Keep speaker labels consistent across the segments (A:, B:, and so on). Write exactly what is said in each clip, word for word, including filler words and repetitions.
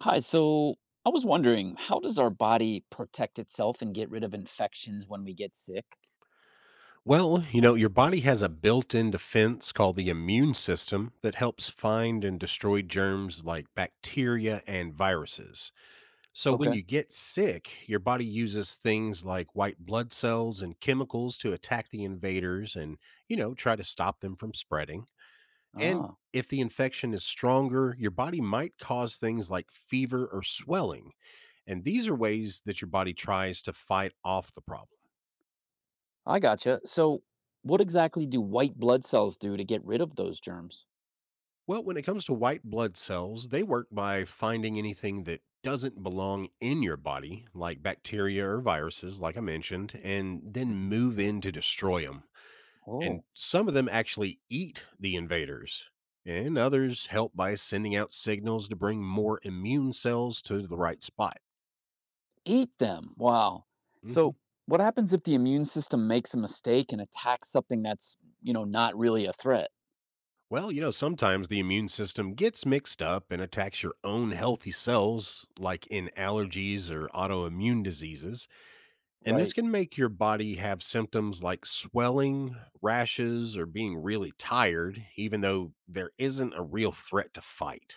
A: Hi, so I was wondering, how does our body protect itself and get rid of infections when we get sick?
B: Well, you know, your body has a built in defense called the immune system that helps find and destroy germs like bacteria and viruses. So when
A: Okay.
B: you get sick, your body uses things like white blood cells and chemicals to attack the invaders and, you know, try to stop them from spreading. And
A: Ah,
B: if the infection is stronger, your body might cause things like fever or swelling. And these are ways that your body tries to fight off the problem.
A: I gotcha. So, what exactly do white blood cells do to get rid of those germs?
B: Well, when it comes to white blood cells, they work by finding anything that doesn't belong in your body, like bacteria or viruses, like I mentioned, and then
A: Hmm.
B: move in to destroy them.
A: Oh,
B: And some of them actually eat the invaders, and others help by sending out signals to bring more immune cells to the right spot.
A: eat them. Wow. So,
B: Mhm.
A: what happens if the immune system makes a mistake and attacks something that's, you know, not really a threat?
B: Well, you know, sometimes the immune system gets mixed up and attacks your own healthy cells, like in allergies or autoimmune diseases. And this
A: Right.
B: can make your body have symptoms like swelling, rashes, or being really tired, even though there isn't a real threat to fight.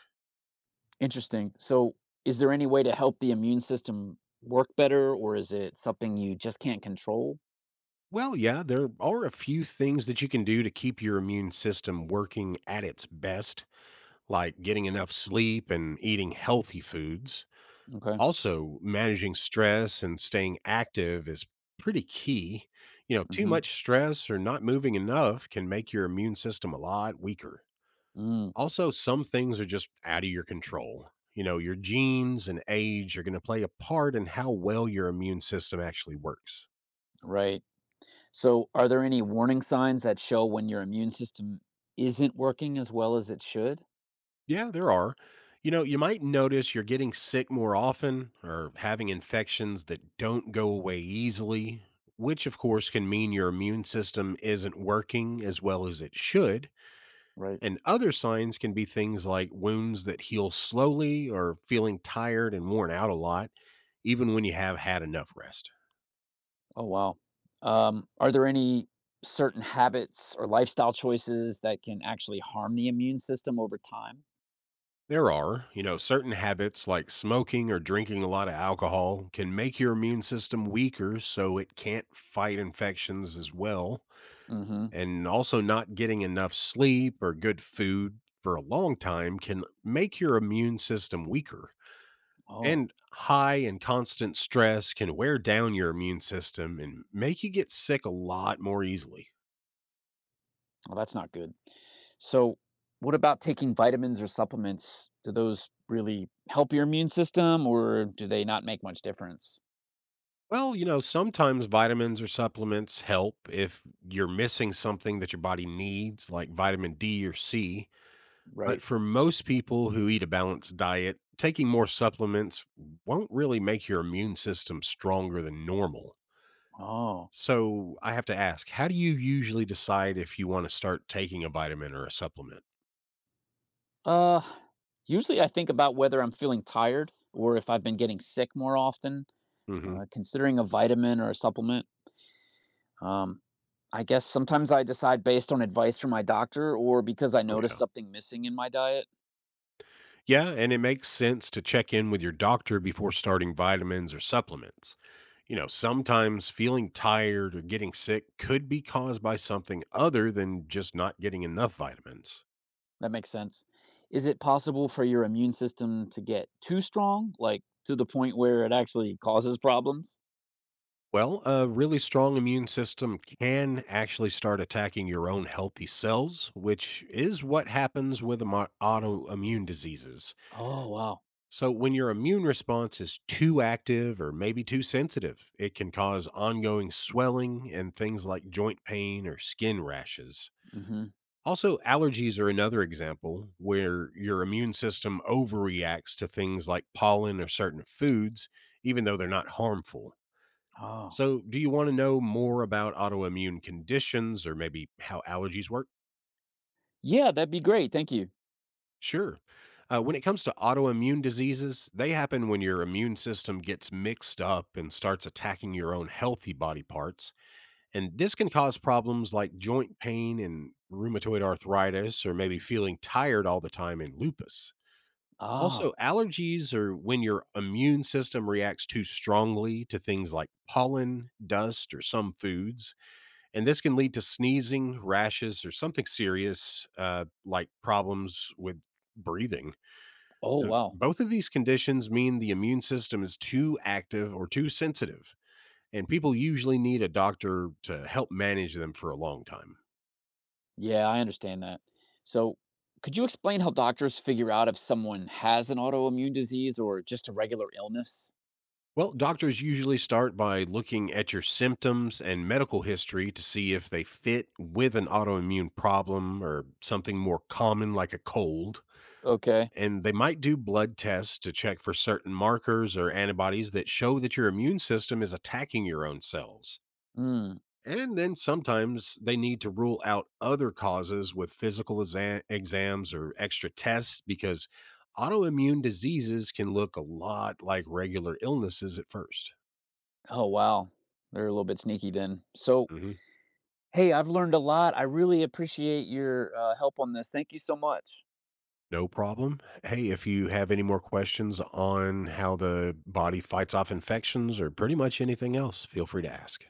A: Interesting. So, is there any way to help the immune system work better, or is it something you just can't control?
B: Well, yeah, there are a few things that you can do to keep your immune system working at its best, like getting enough sleep and eating healthy foods.
A: Okay.
B: Also, managing stress and staying active is pretty key. You know, too
A: Hmm.
B: much stress or not moving enough can make your immune system a lot weaker. Also, some things are just out of your control. You know, your genes and age are going to play a part in how well your immune system actually works.
A: Right. So, are there any warning signs that show when your immune system isn't working as well as it should?
B: Yeah, there are. You know, you might notice you're getting sick more often or having infections that don't go away easily, which of course can mean your immune system isn't working as well as it should.
A: Right.
B: And other signs can be things like wounds that heal slowly or feeling tired and worn out a lot, even when you have had enough rest.
A: Oh, wow. Um, are there any certain habits or lifestyle choices that can actually harm the immune system over time?
B: There are, you know, certain habits like smoking or drinking a lot of alcohol can make your immune system weaker so it can't fight infections as well.
A: Mm-hmm.
B: And also, not getting enough sleep or good food for a long time can make your immune system weaker.
A: Oh,
B: And high and constant stress can wear down your immune system and make you get sick a lot more easily.
A: well, that's not good. So, what about taking vitamins or supplements? Do those really help your immune system or do they not make much difference?
B: Well, you know, sometimes vitamins or supplements help if you're missing something that your body needs, like vitamin D or C. But
A: Right.
B: for most people who eat a balanced diet, taking more supplements won't really make your immune system stronger than normal.
A: Oh.
B: So I have to ask, how do you usually decide if you want to start taking a vitamin or a supplement?
A: Uh, Usually I think about whether I'm feeling tired or if I've been getting sick more often,
B: Hmm.
A: uh, considering a vitamin or a supplement. Um, I guess sometimes I decide based on advice from my doctor or because I
B: Oh,
A: notice
B: yeah.
A: something missing in my diet.
B: Yeah, and it makes sense to check in with your doctor before starting vitamins or supplements. You know, sometimes feeling tired or getting sick could be caused by something other than just not getting enough vitamins.
A: That makes sense. Is it possible for your immune system to get too strong, like to the point where it actually causes problems?
B: Well, a really strong immune system can actually start attacking your own healthy cells, which is what happens with amo- autoimmune diseases.
A: Oh, wow.
B: So, when your immune response is too active or maybe too sensitive, it can cause ongoing swelling and things like joint pain or skin rashes.
A: Hmm.
B: Also, allergies are another example where your immune system overreacts to things like pollen or certain foods, even though they're not harmful.
A: Oh,
B: So, do you want to know more about autoimmune conditions or maybe how allergies work?
A: yeah, that'd be great. Thank you.
B: Sure. Uh, when it comes to autoimmune diseases, they happen when your immune system gets mixed up and starts attacking your own healthy body parts. And this can cause problems like joint pain and rheumatoid arthritis, or maybe feeling tired all the time in lupus. Also,
A: Ah,
B: allergies are when your immune system reacts too strongly to things like pollen, dust, or some foods. And this can lead to sneezing, rashes, or something serious uh, like problems with breathing.
A: oh,
B: Uh,
A: wow.
B: Both of these conditions mean the immune system is too active or too sensitive, and people usually need a doctor to help manage them for a long time.
A: Yeah, I understand that. So, could you explain how doctors figure out if someone has an autoimmune disease or just a regular illness?
B: Well, doctors usually start by looking at your symptoms and medical history to see if they fit with an autoimmune problem or something more common like a cold.
A: Okay.
B: And they might do blood tests to check for certain markers or antibodies that show that your immune system is attacking your own cells.
A: Mm.
B: And then sometimes they need to rule out other causes with physical exa- exams or extra tests because autoimmune diseases can look a lot like regular illnesses at first.
A: Oh, wow. They're a little bit sneaky then. So,
B: Hmm.
A: hey, I've learned a lot. I really appreciate your uh, help on this. Thank you so much.
B: No problem. Hey, if you have any more questions on how the body fights off infections or pretty much anything else, feel free to ask.